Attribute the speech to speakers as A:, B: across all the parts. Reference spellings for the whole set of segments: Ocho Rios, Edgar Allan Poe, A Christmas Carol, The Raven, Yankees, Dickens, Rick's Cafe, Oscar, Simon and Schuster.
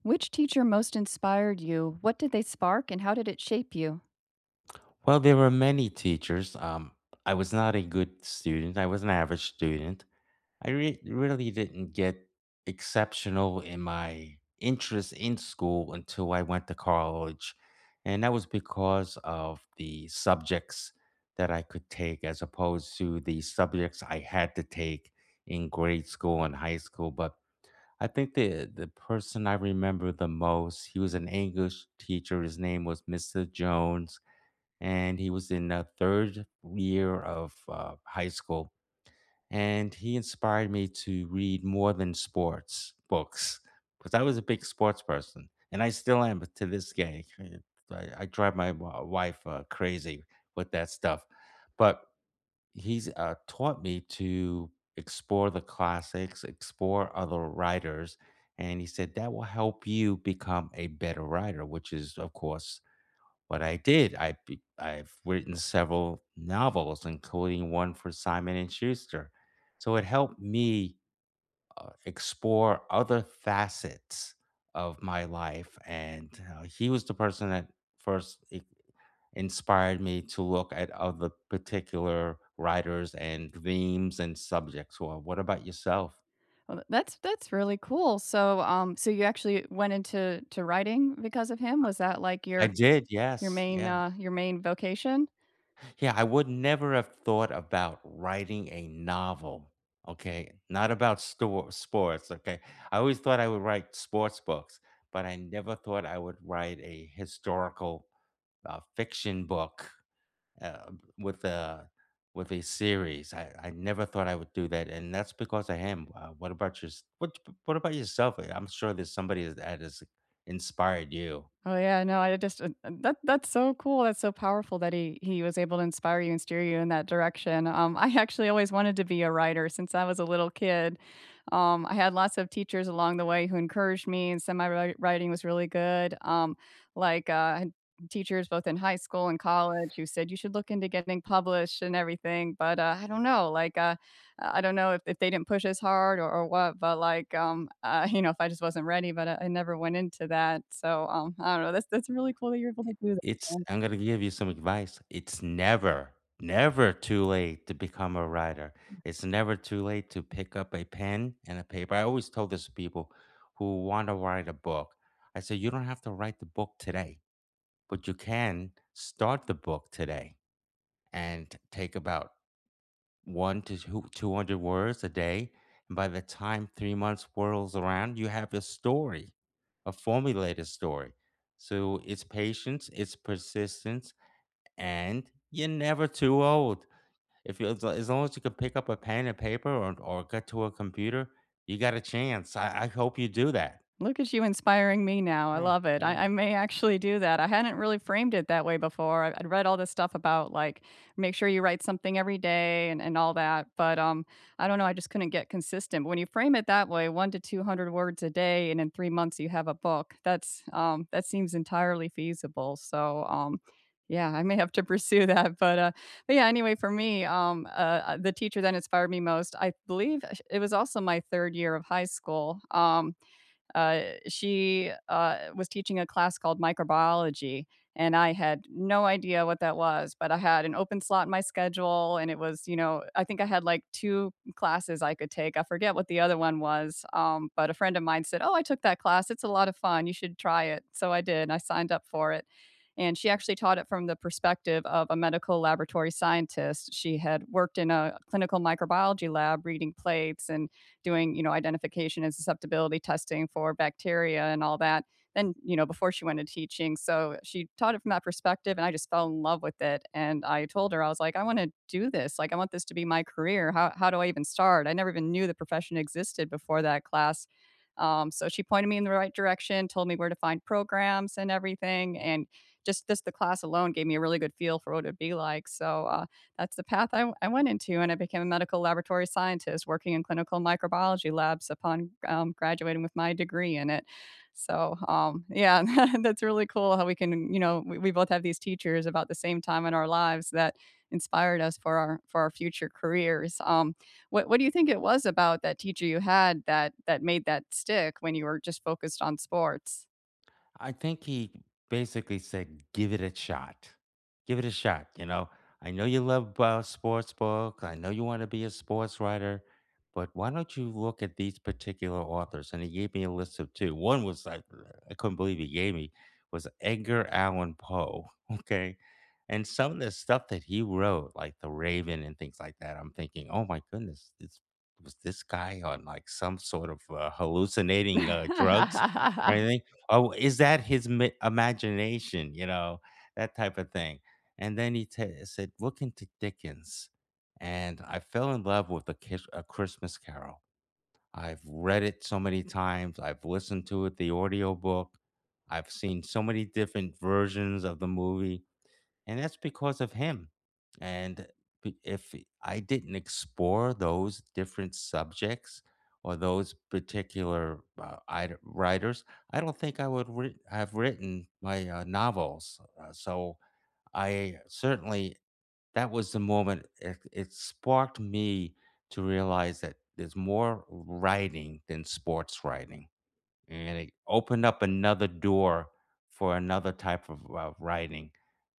A: Which teacher most inspired you? What did they spark and how did it shape you?
B: Well, there were many teachers. I was not a good student. I was an average student. Really didn't get exceptional in my interest in school until I went to college. And that was because of the subjects that I could take as opposed to the subjects I had to take in grade school and high school. But I think the person I remember the most, he was an English teacher. His name was Mr. Jones and he was in the third year of high school. And he inspired me to read more than sports books because I was a big sports person, and I still am to this day. I drive my wife crazy with that stuff, but he's taught me to explore the classics, explore other writers, and he said that will help you become a better writer, which is, of course, what I did. I've written several novels, including one for Simon and Schuster. So it helped me, explore other facets of my life, and, he was the person that first I inspired me to look at other particular writers and themes and subjects. Well, what about yourself?
A: Well, that's really cool. So, so you actually went into to writing because of him? Was that like
B: I did, yes, yeah.
A: your main vocation?
B: Yeah, I would never have thought about writing a novel, okay? Not about store sports, okay? I always thought I would write sports books, but I never thought I would write a historical fiction book uh, with a with a series. I never thought I would do that, and that's because of him. What What about yourself? I'm sure there's somebody that has inspired you.
A: Oh yeah, no, I just that that's so cool. That's so powerful that he was able to inspire you and steer you in that direction. I actually always wanted to be a writer since I was a little kid. I had lots of teachers along the way who encouraged me, and some of my writing was really good. I had teachers both in high school and college who said you should look into getting published and everything. But I don't know, I don't know if they didn't push as hard or what, but you know, if I just wasn't ready, but I never went into that. So, I don't know. That's really cool that you're able to do
B: It's
A: that.
B: I'm gonna give you some advice. It's never, never too late to become a writer. It's never too late to pick up a pen and a paper. I always tell this to people who want to write a book. I say you don't have to write the book today, but you can start the book today and take about 1 to 200 words a day. And by the time 3 months whirls around, you have a story, a formulated story. So it's patience, it's persistence, and you're never too old. If you, as long as you can pick up a pen and paper, or get to a computer, you got a chance. I hope you do that.
A: Look at you inspiring me now. I
B: Mm.
A: love it. I may actually do that. I hadn't really framed it that way before. I'd read all this stuff about like make sure you write something every day and all that. But I don't know. I just couldn't get consistent. But when you frame it that way, one to two hundred words a day, and in 3 months you have a book. That's that seems entirely feasible. So yeah, I may have to pursue that. But yeah, anyway, for me, the teacher that inspired me most, I believe it was also my third year of high school. Uh, she was teaching a class called microbiology, and I had no idea what that was, but I had an open slot in my schedule, and it was, you know, I think I had like two classes I could take. I forget what the other one was, but a friend of mine said, "Oh, I took that class. It's a lot of fun. You should try it." So I did. I signed up for it. And she actually taught it from the perspective of a medical laboratory scientist. She had worked in a clinical microbiology lab reading plates and doing, you know, identification and susceptibility testing for bacteria and all that. Then, you know, before she went into teaching. So she taught it from that perspective and I just fell in love with it. And I told her, I was like, I want to do this. Like, I want this to be my career. How do I even start? I never even knew the profession existed before that class. So she pointed me in the right direction, told me where to find programs and everything. And just this, the class alone gave me a really good feel for what it'd be like. So that's the path I went into, and I became a medical laboratory scientist working in clinical microbiology labs upon graduating with my degree in it. So, yeah, that's really cool how we can, you know, we both have these teachers about the same time in our lives that inspired us for our future careers. What do you think it was about that teacher you had that that made that stick when you were just focused on sports?
B: I think he basically said, "Give it a shot. Give it a shot." You know, I know you love sports books. I know you want to be a sports writer, but why don't you look at these particular authors? And he gave me a list of two. One was like I couldn't believe he gave me was Edgar Allan Poe. Okay, and some of the stuff that he wrote, like The Raven and things like that, I'm thinking, oh my goodness, this was this guy on like some sort of hallucinating drugs? Right? Oh, is that his mi imagination, you know, that type of thing, and then he ta said, "Look into Dickens," and I fell in love with A Christmas Carol. I've read it so many times, I've listened to it, the audiobook, I've seen so many different versions of the movie, and that's because of him. And b- if I didn't explore those different subjects or those particular writers, I don't think I would writ have written my novels. So I certainly that was the moment it sparked me to realize that there's more writing than sports writing and it opened up another door for another type of writing.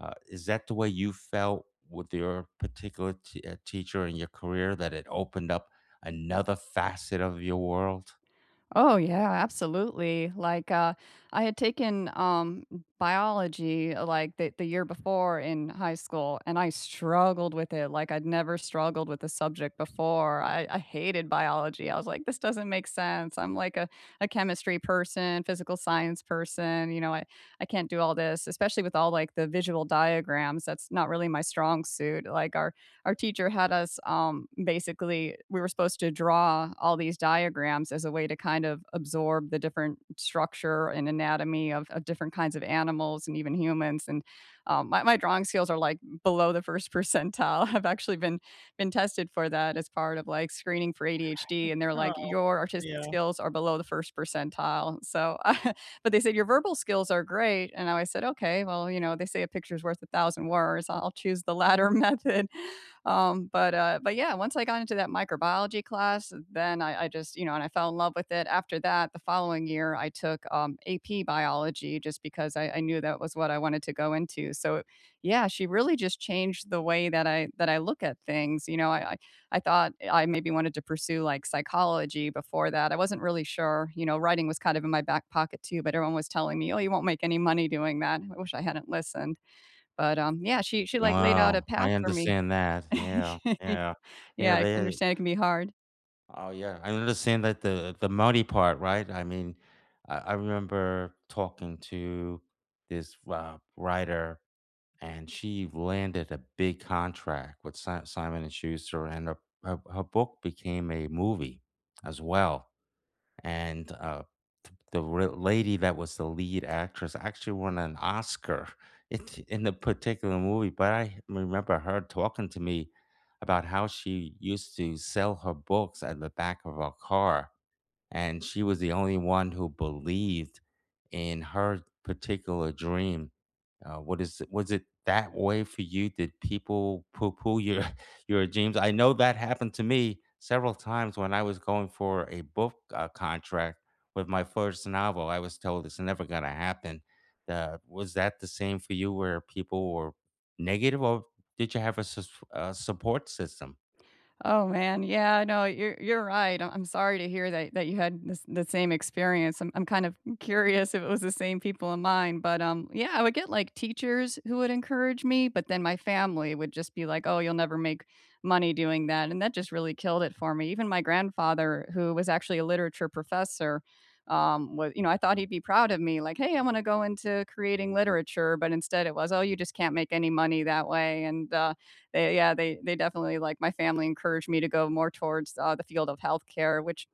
B: Is that the way you felt with your particular teacher in your career that it opened up another facet of your world?
A: Oh yeah, absolutely. Like I had taken biology like the year before in high school, and I struggled with it. Like I'd never struggled with the subject before. I hated biology. I was like, this doesn't make sense. I'm like a chemistry person, physical science person. You know, I can't do all this, especially with all like the visual diagrams. That's not really my strong suit. Like our teacher had us basically we were supposed to draw all these diagrams as a way to kind of absorb the different structure and anatomy of different kinds of animals and even humans and my drawing skills are like below the first percentile. I've actually been tested for that as part of like screening for ADHD, and they're like your artistic skills are below the first percentile. So but they said your verbal skills are great, and I said okay, well, you know, they say a picture's worth a thousand words. I'll choose the latter method. But but yeah, once I got into that microbiology class, then I just you know, and I fell in love with it. After that, the following year, I took AP biology just because I knew that was what I wanted to go into. So yeah, she really just changed the way that I look at things. You know, I thought I maybe wanted to pursue like psychology before that. I wasn't really sure. You know, writing was kind of in my back pocket too, but everyone was telling me, oh, you won't make any money doing that. I wish I hadn't listened. But yeah, she like laid out a
B: Wow, I
A: path for me.
B: understand that. Yeah, yeah, yeah.
A: Yeah, I
B: They,
A: understand it can be hard.
B: oh yeah, I understand that the money part, right? I mean, I remember talking to this writer and she landed a big contract with Simon and Schuster, and her book became a movie as well. And the lady that was the lead actress actually won an Oscar it, in the particular movie. But I remember her talking to me about how she used to sell her books at the back of her car and she was the only one who believed in her particular dream. What is Was it that way for you? Did people poo-poo your your dreams? I know that happened to me several times when I was going for a book contract with my first novel. I was told it's never going to happen. Was that the same for you, where people were negative, or did you have a support system?
A: Oh man, yeah, no, you're right. I- I'm sorry to hear that that you had this, the same experience. I'm kind of curious if it was the same people in mine, but yeah, I would get like teachers who would encourage me, but then my family would just be like, "Oh, you'll never make money doing that," and that just really killed it for me. Even my grandfather, who was actually a literature professor, was you know I thought he'd be proud of me, like, "Hey, I want to go into creating literature," but instead it was, "Oh, you just can't make any money that way," and they yeah, they definitely like my family encouraged me to go more towards the field of healthcare, which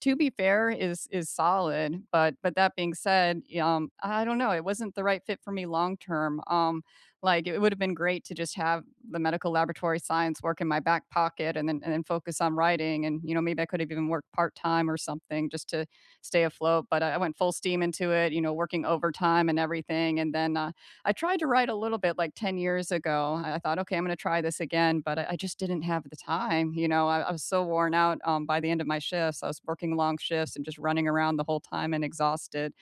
A: to be fair is solid. But that being said, I don't know, it wasn't the right fit for me long term. Like it would have been great to just have the medical laboratory science work in my back pocket and then focus on writing, and you know maybe I could have even worked part time or something just to stay afloat. But I went full steam into it, you know, working overtime and everything, and then I tried to write a little bit like 10 years ago. I thought, okay, I'm going to try this again, but I just didn't have the time. You know, I was so worn out by the end of my shifts. I was working long shifts and just running around the whole time and exhausted.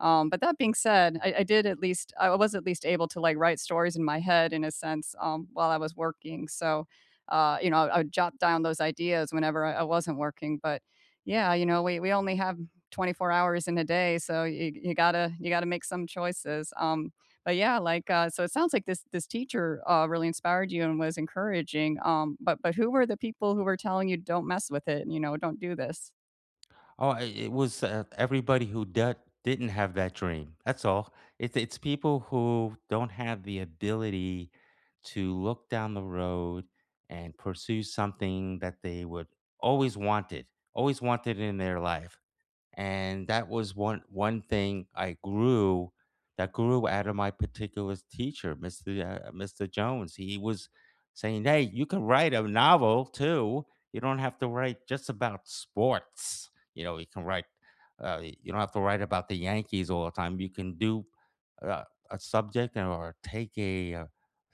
A: But that being said, I did at least, I was at least able to like write stories in my head in a sense while I was working. So, you know, I would jot down those ideas whenever I wasn't working. But yeah, you know, we only have 24 hours in a day, so you gotta make some choices. But yeah, like, so it sounds like this teacher, really inspired you and was encouraging, but but who were the people who were telling you, "Don't mess with it," and you know, "Don't do this"?
B: Oh, I it was, everybody who d didn't have that dream. That's all. It's people who don't have the ability to look down the road and pursue something that they would always wanted, always wanted in their life and that was one thing I grew that grew out of my particular teacher, Mr. Jones. He was saying, "Hey, you can write a novel too. You don't have to write just about sports. You know, you can write. You don't have to write about the Yankees all the time. You can do uh, a subject or take a uh,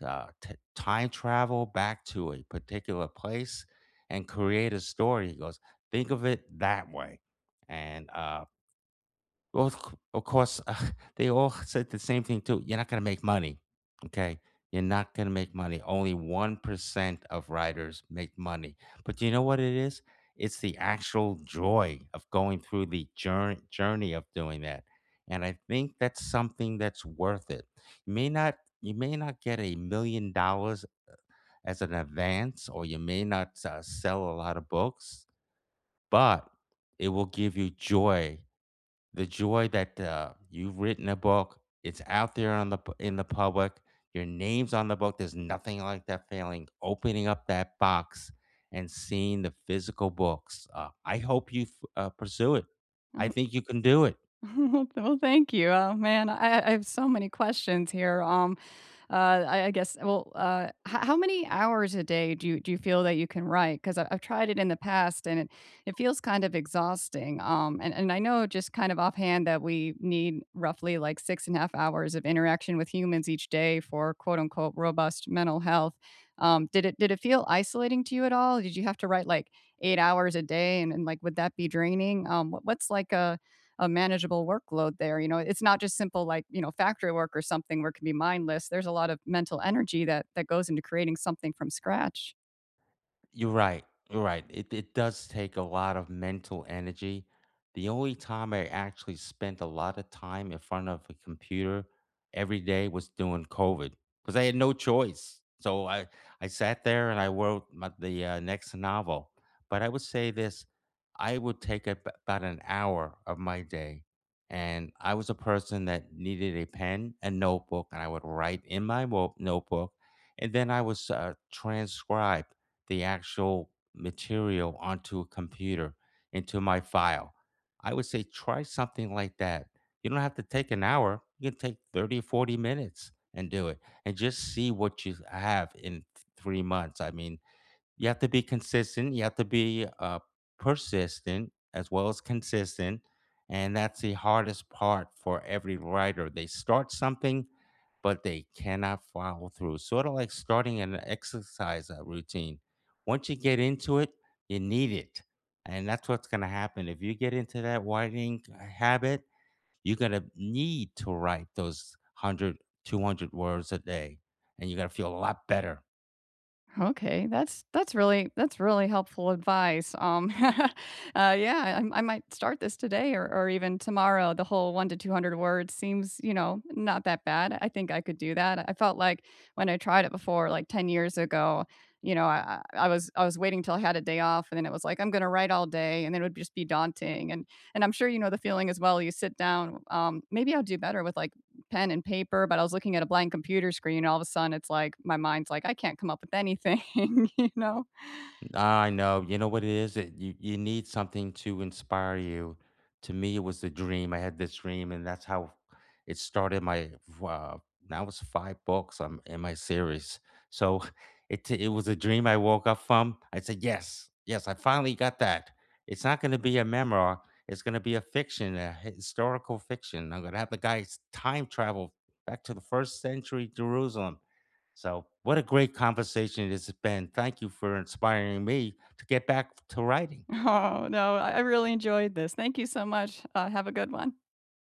B: uh, t- time travel back to a particular place." And create a story. He goes, think of it that way and well, of course, they all said the same thing too. You're not going to make money. Okay. You're not going to make money. Only 1% of writers make money. But you know what it is? It's the actual joy of going through the journey of doing that. And I think that's something that's worth it. You may not you may not get $1 million as an advance or you may not sell a lot of books, but it will give you joy the joy that you've written a book. It's out there in the public. Your name's on the book. There's nothing like that feeling. Opening up that box and seeing the physical books. I hope you pursue it. I
A: Oh,
B: think you can do it.
A: well, thank you. Oh, man, I have so many questions here, um. Uh, I guess. Well, how many hours a day do you feel that you can write? Because I've tried it in the past, and it feels kind of exhausting. And I know just kind of offhand that we need roughly like 6.5 hours of interaction with humans each day for quote unquote robust mental health. Did it feel isolating to you at all? Did you have to write like 8 hours a day, and like would that be draining? What's like a manageable workload there. You know, it's not just simple like, you know, factory work or something where it can be mindless. There's a lot of mental energy that goes into creating something from scratch.
B: You're right. You're right. It does take a lot of mental energy. The only time I actually spent a lot of time in front of a computer every day was doing COVID because I had no choice. So I sat there and I wrote the next novel. But I would say this: I would take about an hour of my day, and I was a person that needed a pen and notebook, and I would write in my notebook, and then I was transcribe the actual material onto a computer into my file. I would say try something like that. You don't have to take an hour. You can take 30, 40 minutes and do it and just see what you have in 3 months. I mean, you have to be consistent. You have to be persistent as well as consistent. And that's the hardest part for every writer. They start something but they cannot follow through. Sort of like starting an exercise routine. Once you get into it, you need it. And that's what's going to happen. If you get into that writing habit, you're going to need to write those 100, 200 words a day. And you're going to feel a lot better.
A: Okay, that's really helpful advice. Yeah, I might start this today or even tomorrow. The whole one to two hundred words seems, you know, not that bad. I think I could do that. I felt like when I tried it before, like 10 years ago, you know, I was waiting till I had a day off, and then it was like I'm going to write all day, and then it would just be daunting. And I'm sure you know the feeling as well. You sit down. Maybe I'll do better with like pen and paper, but I was looking at a blank computer screen. And All of a sudden, it's like my mind's like, I can't come up with anything, you know?
B: I know. You know what it is? You need something to inspire you. To me, it was the dream. I had this dream, and that's how it started. My uh, now it's 5 books. I'm in my series, so it was a dream I woke up from. I said, "Yes, yes, I finally got that." It's not going to be a memoir. It's going to be a fiction, a historical fiction. I'm going to have the guys time travel back to the first century Jerusalem so, what a great conversation it has been. Thank you for inspiring me to get back to writing.
A: Oh, no, I really enjoyed this. Thank you so much. Have a good one.